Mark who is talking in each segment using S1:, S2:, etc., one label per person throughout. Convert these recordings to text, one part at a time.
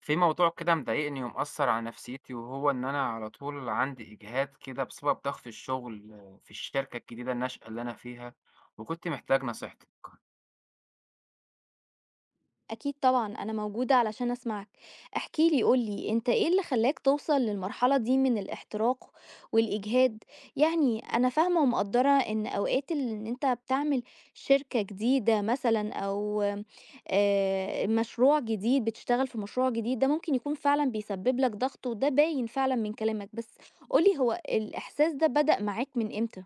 S1: في موضوع كده مضايقني ومأثر على نفسيتي، وهو إن أنا على طول عندي إجهاد كده بسبب ضغط الشغل في الشركة الجديدة الناشئة اللي أنا فيها، وكنت محتاج نصيحتك.
S2: أكيد طبعًا، أنا موجودة علشان أسمعك. احكِ لي، قُل لي، أنت إيه اللي خلّاك توصل للمرحلة دي من الاحتراق والإجهاد؟ يعني أنا فاهمة ومقدّرة إن أوقات إن أنت بتعمل شركة جديدة مثلًا أو مشروع جديد، بتشتغل في مشروع جديد، ده ممكن يكون فعلًا بيسبب لك ضغط وده باين فعلًا من كلامك، بس قُل لي هو الإحساس ده بدأ معاك من إمتى؟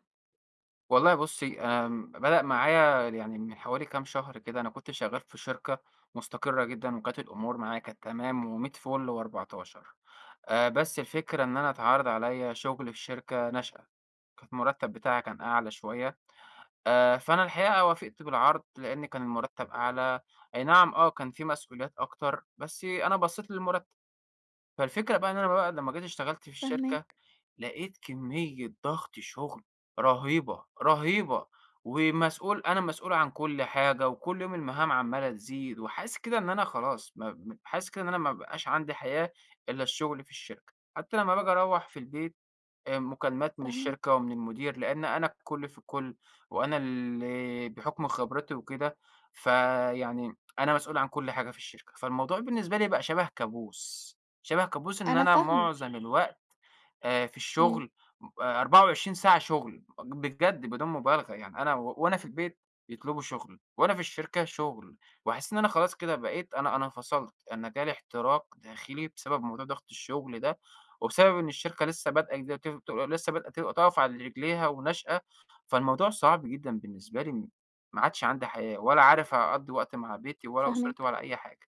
S1: والله بُصّي، بدأ معايا يعني من حوالي كام شهر كده. أنا كنت شغال في شركة مستقرة جدًا، وكانت الأمور معايا كانت تمام ومِيّة فُل و14. بس الفكرة إن أنا اتعرض عليّا شغل في شركة ناشئة، كانت المرتب بتاعها كان أعلى شوية. فأنا الحقيقة وافقت بالعرض، لإن كان المرتب أعلى. أي نعم كان في مسؤوليات أكتر، بس أنا بصيت للمرتب. فالفكرة بقى إن أنا بقى لمّا جيت اشتغلت في الشركة،
S2: فاهماك.
S1: لقيت كمية ضغط شغل رهيبة، رهيبة، ومسؤول، أنا مسؤول عن كل حاجة، وكل يوم المهام عمّالة تزيد، وحاسس كده إن أنا خلاص ما م حاسس كده إن أنا ما بقاش عندي حياة إلا الشغل في الشركة. حتى لمّا باجي أروّح في البيت، مكالمات من الشركة
S2: فاهماك.
S1: ومن المدير، لإن أنا الكل في الكل، وأنا اللي بحكم خبرتي وكده، فيعني أنا مسؤول عن كل حاجة في الشركة. فالموضوع بالنسبة لي بقى شبه كابوس، شبه كابوس، إن
S2: أنا
S1: أنا
S2: فاهمة.
S1: معظم الوقت في
S2: إمم.
S1: الشغل، 24 ساعة شغل، بجد بدون مبالغة. يعني أنا وأنا في البيت يطلبوا شغل، وأنا في الشركة شغل، وحاسس إن أنا خلاص كده بقيت، أنا انفصلت. أنا جالي احتراق داخلي بسبب موضوع ضغط الشغل ده، وبسبب إن الشركة لسه بادئة جديدة، وتف ت لسه بادئة تقف على رجليها وناشئة. فالموضوع صعب جدًا بالنسبة لي، ما عادش عندي حياة، ولا عارف أقضّي وقت مع بيتي ولا أسرتي
S2: فاهماك.
S1: ولا أي حاجة.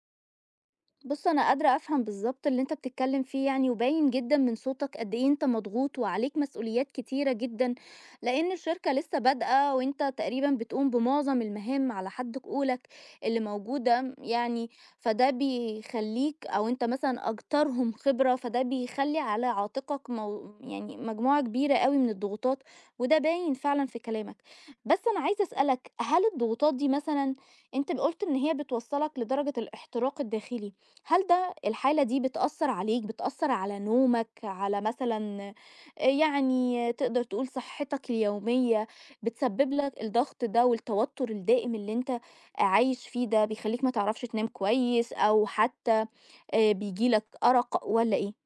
S2: بُص، أنا قادرة أفهم بالضبط اللي أنت بتتكلم فيه يعني، وباين جدًا من صوتك قد إيه أنت مضغوط وعليك مسؤوليات كتيرة جدًا، لإن الشركة لسه بادئة وأنت تقريبًا بتقوم بمعظم المهام على حد قولك اللي موجودة يعني، فده بيخلّيك أو أنت مثلًا أكترهم خبرة، فده بيخلّي على عاتقك يعني مجموعة كبيرة أوي من الضغوطات، وده باين فعلًا في كلامك. بس أنا عايزة أسألك، هل الضغوطات دي مثلًا أنت قُلت إن هي بتوصّلك لدرجة الاحتراق الداخلي. هل الحالة دي بتأثّر عليك، بتأثّر على نومك، على مثلًا يعني تقدر تقول صحّتك اليومية، بتسبّب لك الضغط ده والتوتُّر الدائم اللي أنت عايش فيه ده، بيخلّيك ما تعرفش تنام كويس أو حتى بييجي لك أرق والّا إيه؟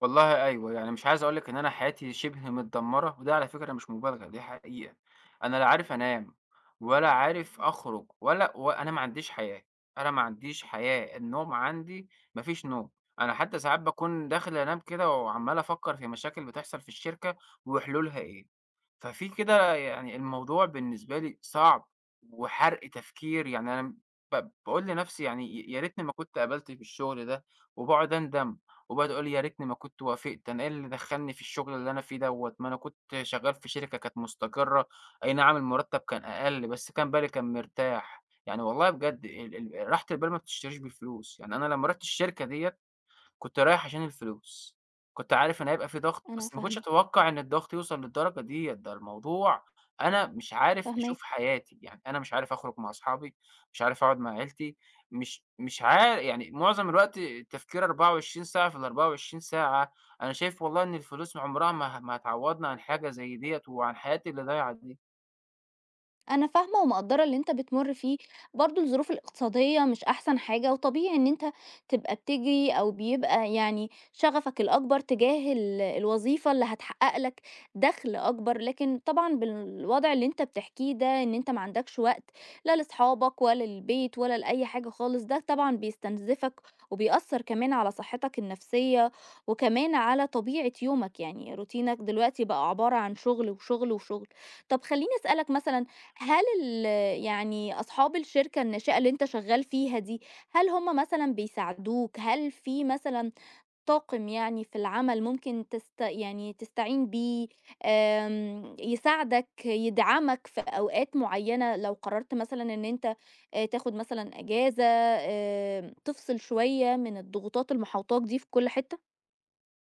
S1: والله أيوه، يعني مش عايز أقول لِك إن أنا حياتي شِبه متدمّرة، وده على فكرة مش مبالغة، دي حقيقة. أنا لا عارف أنام، ولا عارف أخرج، وأنا ما عنديش حياة. أنا ما عنديش حياة، النوم عندي ما فيش نوم. أنا حتى ساعات باكون داخل أنام كده وعمّال أفكّر في مشاكل بتحصل في الشركة وحلولها إيه. ففي كده يعني الموضوع بالنسبة لي صعب وحَرْق تفكير. يعني أنا باقول لنَفْسي يعني يا ريتني ما كنت قبلت في الشغل ده، وباقعد أندم. وبقعد أقول يا ريتني ما كنت وافقت، أنا إيه اللي دخّلني في الشغل اللي أنا فيه دوّة، ما أنا كنت شغّال في شركة كانت مستقرة. أي نعم المرتب كان أقل، بس كان بالي كان مرتاح. يعني والله بجد ال ال راحة البال ما بتشتريش بالفلوس. يعني أنا لمّا رُحت الشركة ديّة كنت رايح عشان الفلوس، كنت عارف إن هيبقى في ضغط،
S2: أنا
S1: بس ما كنتش
S2: فاهمة.
S1: أتوقّع إن الضغط يوصل للدرجة ديّة. ده الموضوع، أنا مش عارف أشوف
S2: فاهماك.
S1: حياتي، يعني أنا مش عارف أخرج مع أصحابي، مش عارف أقعد مع عيلتي، مش مش عار يعني معظم الوقت التفكير 24 ساعة في ال24 ساعة. أنا شايف والله إن الفلوس عمرها ما هتعوّضنا عن حاجة زي ديّة وعن حياتي اللي ضايعة دي.
S2: أنا فاهمة ومقدّرة اللي أنت بتمُر فيه، برضه الظروف الاقتصادية مش أحسن حاجة، وطبيعي إن أنت تبقى بتجري أو بيبقى يعني شغفك الأكبر تجاه الوظيفة اللي هتحقق لك دخل أكبر، لكن طبعًا بالوضع اللي أنت بتحكيه ده، إن أنت ما عندكش وقت لا لأصحابك ولا للبيت ولا لأي حاجة خالص، ده طبعًا بيستنزفك وبيأثّر كمان على صحتك النفسية، وكمان على طبيعة يومك، يعني روتينك دلوقتي بقى عبارة عن شغل، وشغل، وشغل. طب خلّيني أسألك مثلًا هل يعني أصحاب الشركة الناشئة اللي أنت شغال فيها دي، هل هم مثلًا بيساعدوك؟ هل في مثلًا طاقم يعني في العمل ممكن يعني تستعين بيه، يساعدك، يدعمك في أوقات معيّنة لو قررت مثلًا إن أنت تاخد مثلًا إجازة، تفصل شوية من الضغوطات اللي محاوطاك دي في كل حتة؟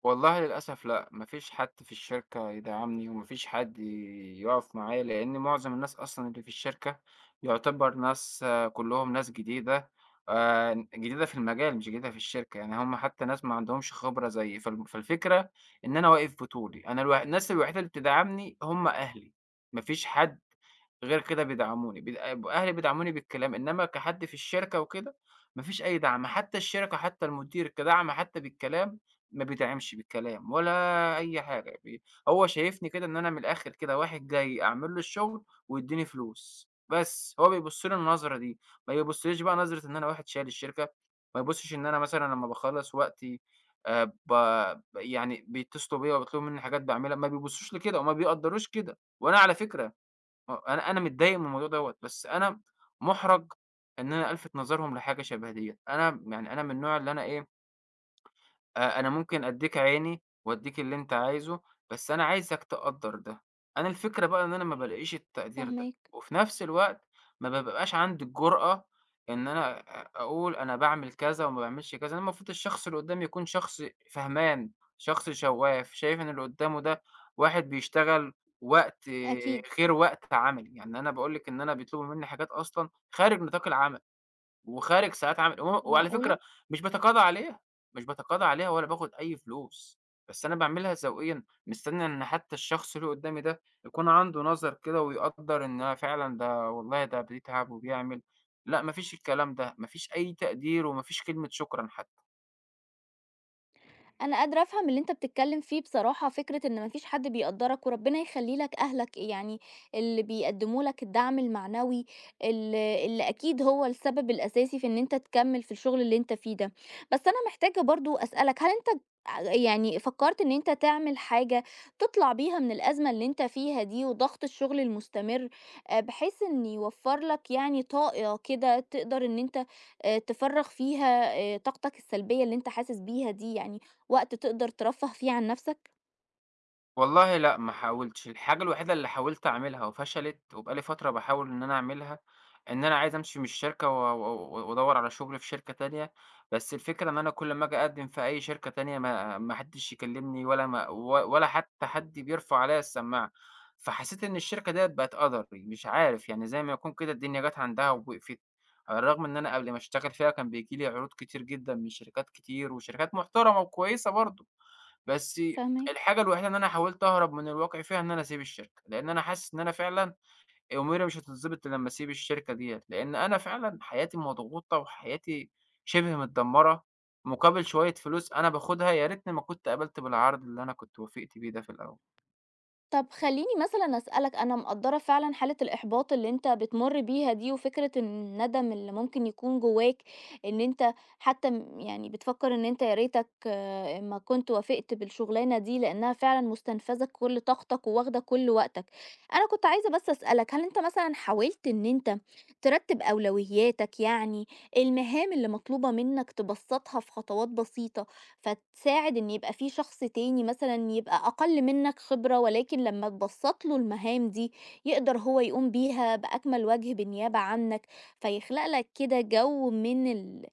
S1: والله للأسف لأ، ما فيش حد في الشركة يدعمني، وما فيش حد يقف معايا، لأن معظم الناس أصلًا اللي في الشركة يعتبر ناس كلّهم ناس جديدة، جديدة في المجال مش جديدة في الشركة. يعني هم حتى ناس ما عندهمش خبرة زيي. فالفكرة إن أنا واقف بطولي. أنا الناس الوحيدة اللي بتدعمني هم أهلي، ما فيش حد غير كده بيدعموني، أهلي بيدعموني بالكلام. إنما كحد في الشركة وكده ما فيش أي دعم. حتى الشركة، حتى المدير كدعم حتى بالكلام ما بيدعمش بالكلام ولا أي حاجة. هو شايفني كده إن أنا من الآخر كده واحد جاي أعمل له الشغل ويدّيني فلوس، بس هو بيبُص لي النظرة دي، ما بيبُصّليش بقى نظرة إن أنا واحد شايل الشركة. ما يبُصّش إن أنا مثلًا لمّا باخلّص وقتي، يعني بيتصلوا بيّا وبيطلبوا منّي حاجات باعملها. ما بيبُصّوش لكده وما بيقدّروش كده. وأنا على فكرة أنا متضايق من الموضوع دوّة، بس أنا مُحرَج إن أنا ألفِت نظرهم لحاجة شبه ديّة. أنا يعني أنا من النوع اللي أنا إيه، أنا ممكن أدّيك عيني وأدّيك اللي أنت عايزه، بس أنا عايزك تقدّر ده. أنا الفكرة بقى إن أنا ما بالاقيش التقدير ده،
S2: فاهماك.
S1: وفي نفس الوقت ما بابقاش عندي الجرأة إن أنا أقول أنا باعمل كذا وما باعملش كذا. أنا المفروض الشخص اللي قدّامي يكون شخص فهمان، شخص شواف، شايف إن اللي قدّامه ده واحد بيشتغل وقت
S2: أكيد.
S1: غير وقت عملي. يعني أنا باقول لِك إن أنا بيطلبوا منّي حاجات أصلًا خارج نطاق العمل، وخارج ساعات عمل. وعلى فكرة
S2: معقولة!
S1: مش باتقاضى عليها، مش باتقاضى عليها ولا باخد أي فلوس، بس أنا باعملها ذوقيًا، مستني إن حتى الشخص اللي قدّامي ده يكون عنده نظر كده ويقدّر إن أنا فعلًا ده والله ده بيتعب وبيعمل. لأ ما فيش الكلام ده، ما فيش أي تقدير، وما فيش كلمة شكرًا حتى.
S2: أنا قادرة أفهم اللي أنت بتتكلم فيه بصراحة فكرة إن مفيش حد بيقدّرك وربنا يخلّي لك أهلك، يعني اللي بيقدّموا لك الدعم المعنوي اللي أكيد هو السبب الأساسي في إن أنت تكمّل في الشغل اللي أنت فيه ده. بس أنا محتاجة برضه أسألك، هل أنت يعني فكّرت إن أنت تعمل حاجة تطلع بيها من الأزمة اللي أنت فيها دي وضغط الشغل المستمر، بحيث إن يوفّر لك يعني طاقة كده تقدر إن أنت تفرّغ فيها طاقتك السلبية اللي أنت حاسس بيها دي يعني؟ وقت تقدر ترفّه فيه عن نَفْسك.
S1: والله لأ، ما حاولتش. الحاجة الوحيدة اللي حاولت أعملها وفشلت وبقى لي فترة باحاول إن أنا أعملها، إن أنا عايز أمشي من الشركة، و و وأدوّر على شغل في شركة تانية. بس الفكرة إن أنا كل ما آجي أقدّم في أي شركة تانية ما حدّش يكلّمني، ولا ما و ولا حتى حد بيرفع عليّا السماعة. فحسّيت إن الشركة ديّة بقت قدري. مش عارف، يعني زي ما يكون كده الدنيا جات عندها ووقفت، على الرغم إن أنا قبل ما أشتغل فيها كان بييجي لي عروض كتير جدًا من شركات كتير، وشركات محترمة وكويسة برضه. بس
S2: فاهماك.
S1: الحاجة الوحيدة إن أنا حاولت أهرب من الواقع فيها إن أنا أسيب الشركة، لإن أنا حاسس إن أنا فعلًا أموري مش هتتضبط لمّا أسيب الشركة ديّة، لإن أنا فعلًا حياتي مضغوطة، وحياتي شبه متدمرة، مقابل شوية فلوس أنا باخدها. يا ريتني ما كنت قبلت بالعرض اللي أنا كنت وافقت بيه ده في الأول.
S2: طَب خلّيني مثلًا أسألك، أنا مقدّرة فعلًا حالة الإحباط اللي أنت بتمُر بيها دي وفكرة الندم اللي ممكن يكون جوّاك، إن أنت حتى يعني بتفكّر إن أنت يا ريتك آه، ما كنت وافقت بالشغلانة دي لإنّها فعلًا مستنفذة كل طاقتك وواخدة كل وقتك. أنا كنت عايزة بس أسألك، هل أنت مثلًا حاولت إن أنت ترتّب أولوياتك، يعني المهام اللي مطلوبة منّك تبسّطها في خطوات بسيطة؟ فتساعد إن يبقى في شخص تاني مثلًا يبقى أقل منك خبرة، ولكن لمّا تبسّط له المهام دي يقدر هو يقوم بيها بأكمل وجه بالنيابة عنك، فيخلق لك كده جو من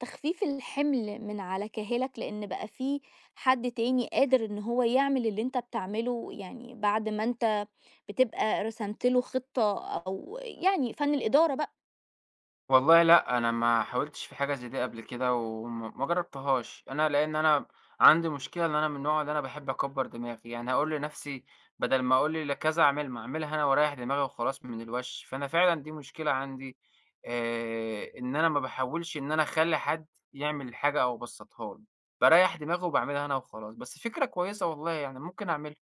S2: تخفيف الحمل من على كاهلك، لإن بقى في حد تاني قادر إن هو يعمل اللي أنت بتعمله، يعني بعد ما أنت بتبقى رسمت له خطة أو يعني فن الإدارة بقى.
S1: والله لأ، أنا ما حاولتش في حاجة زي دي قبل كده ما جرّبتهاش. أنا لإن أنا عندي مشكلة إن أنا من النوع اللي أنا باحب أكبّر دماغي. يعني هاقول لنَفْسي بدل ما أقول لكذا أعمل ما أعملها أنا وأريّح دماغي وخلاص من الوَش. فأنا فعلًا دي مشكلة عندي، إن أنا ما باحاولش إن أنا أخلّي حد يعمل الحاجة أو يبسّطها لي، باريّح دماغي وباعملها أنا وخلاص. بس فكرة كويسة والله، يعني ممكن أعملها.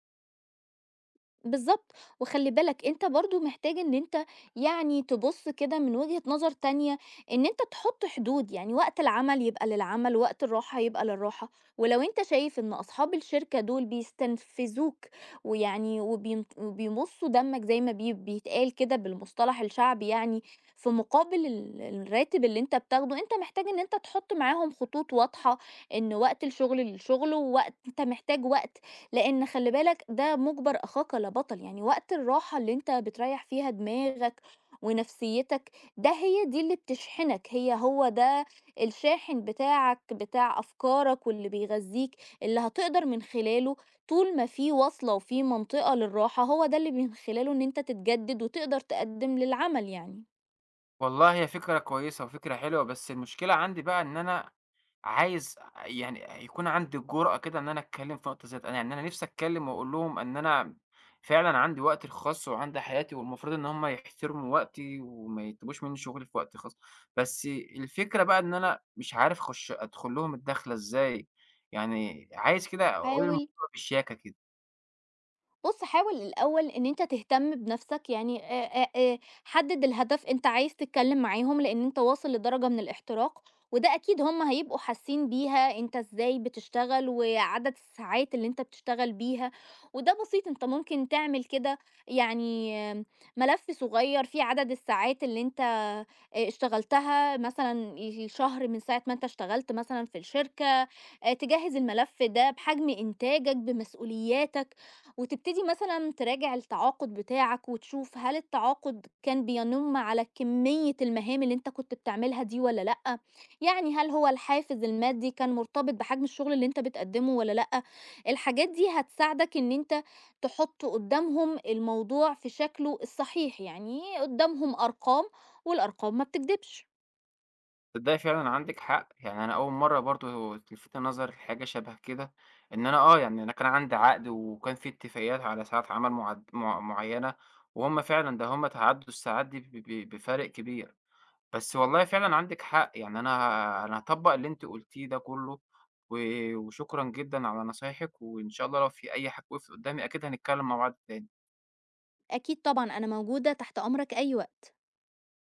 S2: بالضبط، وخلّي بالك أنت برضه محتاج إن أنت يعني تبُص كده من وجهة نظر تانية، إن أنت تحُط حدود، يعني وقت العمل يبقى للعمل، وقت الراحة يبقى للراحة، ولو أنت شايف إن أصحاب الشركة دول بيستنفذوك ويعني وبيمُصّوا دمك زي ما بيتقال كده بالمصطلح الشعبي يعني، في مقابل الراتب اللي أنت بتاخده، أنت محتاج إن أنت تحُط معاهم خطوط واضحة، إن وقت الشغل للشغل، ووقت أنت محتاج وقت لأن خلّي بالك ده مُجبَر أخاك لا بطَل، يعني وقت الراحة اللي أنت بتريّح فيها دماغك ونفسيّتك، ده هي دي اللي بتشحنك، هو ده الشاحن بتاعك، بتاع أفكارك واللي بيغذّيك، اللي هتقدر من خلاله طول ما في واصلة وفي منطقة للراحة، هو ده اللي من خلاله إن أنت تتجدِّد وتقدر تقدِّم للعمل يعني.
S1: والله هي فكرة كويسة وفكرة حلوة، بس المشكلة عندي بقى إن أنا عايز يعني يكون عندي الجرأة كده إن أنا أتكلّم في نقطة زي أنا، يعني أنا نِفْسي أتكلّم وأقول لهم إن أنا فعلًا عندي وقتي الخاص وعندي حياتي، والمفروض إن هم يحترموا وقتي وما يطلبوش منّي شُغل في وقت خاص. بس الفكرة بقى إن أنا مش عارف أخُش أدخُل لهم الدَخلة إزاي. يعني عايز كده أقول الموضوع
S2: حاول
S1: بشياكة كده.
S2: بُص، حاول الأول إن أنت تهتم بنفسك، يعني حدد الهدف أنت عايز تتكلم معاهم، لإن أنت واصل لدرجة من الاحتراق، وده أكيد هم هيبقوا حاسين بيها أنت إزاي بتشتغل، وعدد الساعات اللي أنت بتشتغل بيها، وده بسيط أنت ممكن تعمل كده يعني ملف صغير فيه عدد الساعات اللي أنت اشتغلتها مثلًا الشهر من ساعة ما أنت اشتغلت مثلًا في الشركة، تجهّز الملف ده بحجم إنتاجك، بمسؤولياتك. وتبتدي مثلًا تراجع التعاقد بتاعك وتشوف هل التعاقد كان بيَنُم على كمية المهام اللي أنت كنت بتعملها دي والّا لأ، يعني هل هو الحافز المادي كان مرتبط بحجم الشغل اللي أنت بتقدّمه والّا لأ، الحاجات دي هتساعدك إن أنت تحُط قدّامهم الموضوع في شكله الصحيح، يعني قدّامهم أرقام والأرقام ما بتكدبش،
S1: تصدقي فعلًا عندِك حق. يعني أنا أول مرّة برضه تلفتِ نظري لحاجة شبه كده، إن أنا يعني أنا كان عندي عقد وكان في اتفاقيات على ساعات عمل معد مع معيّنة، وهُم فعلًا ده هُم تعدّوا الساعات دي ب ب بفارق كبير. بس والله فعلًا عندِك حق. يعني أنا هاطبّق اللي أنتِ قُلتيه ده كلّه، و وشكرًا جدًا على نصايحِك. وإن شاء الله لو في أي حاجة وقفت قدّامي أكيد هنتكلّم مع بعض تاني.
S2: أكيد طبعًا أنا موجودة تحت أمرك أي وقت.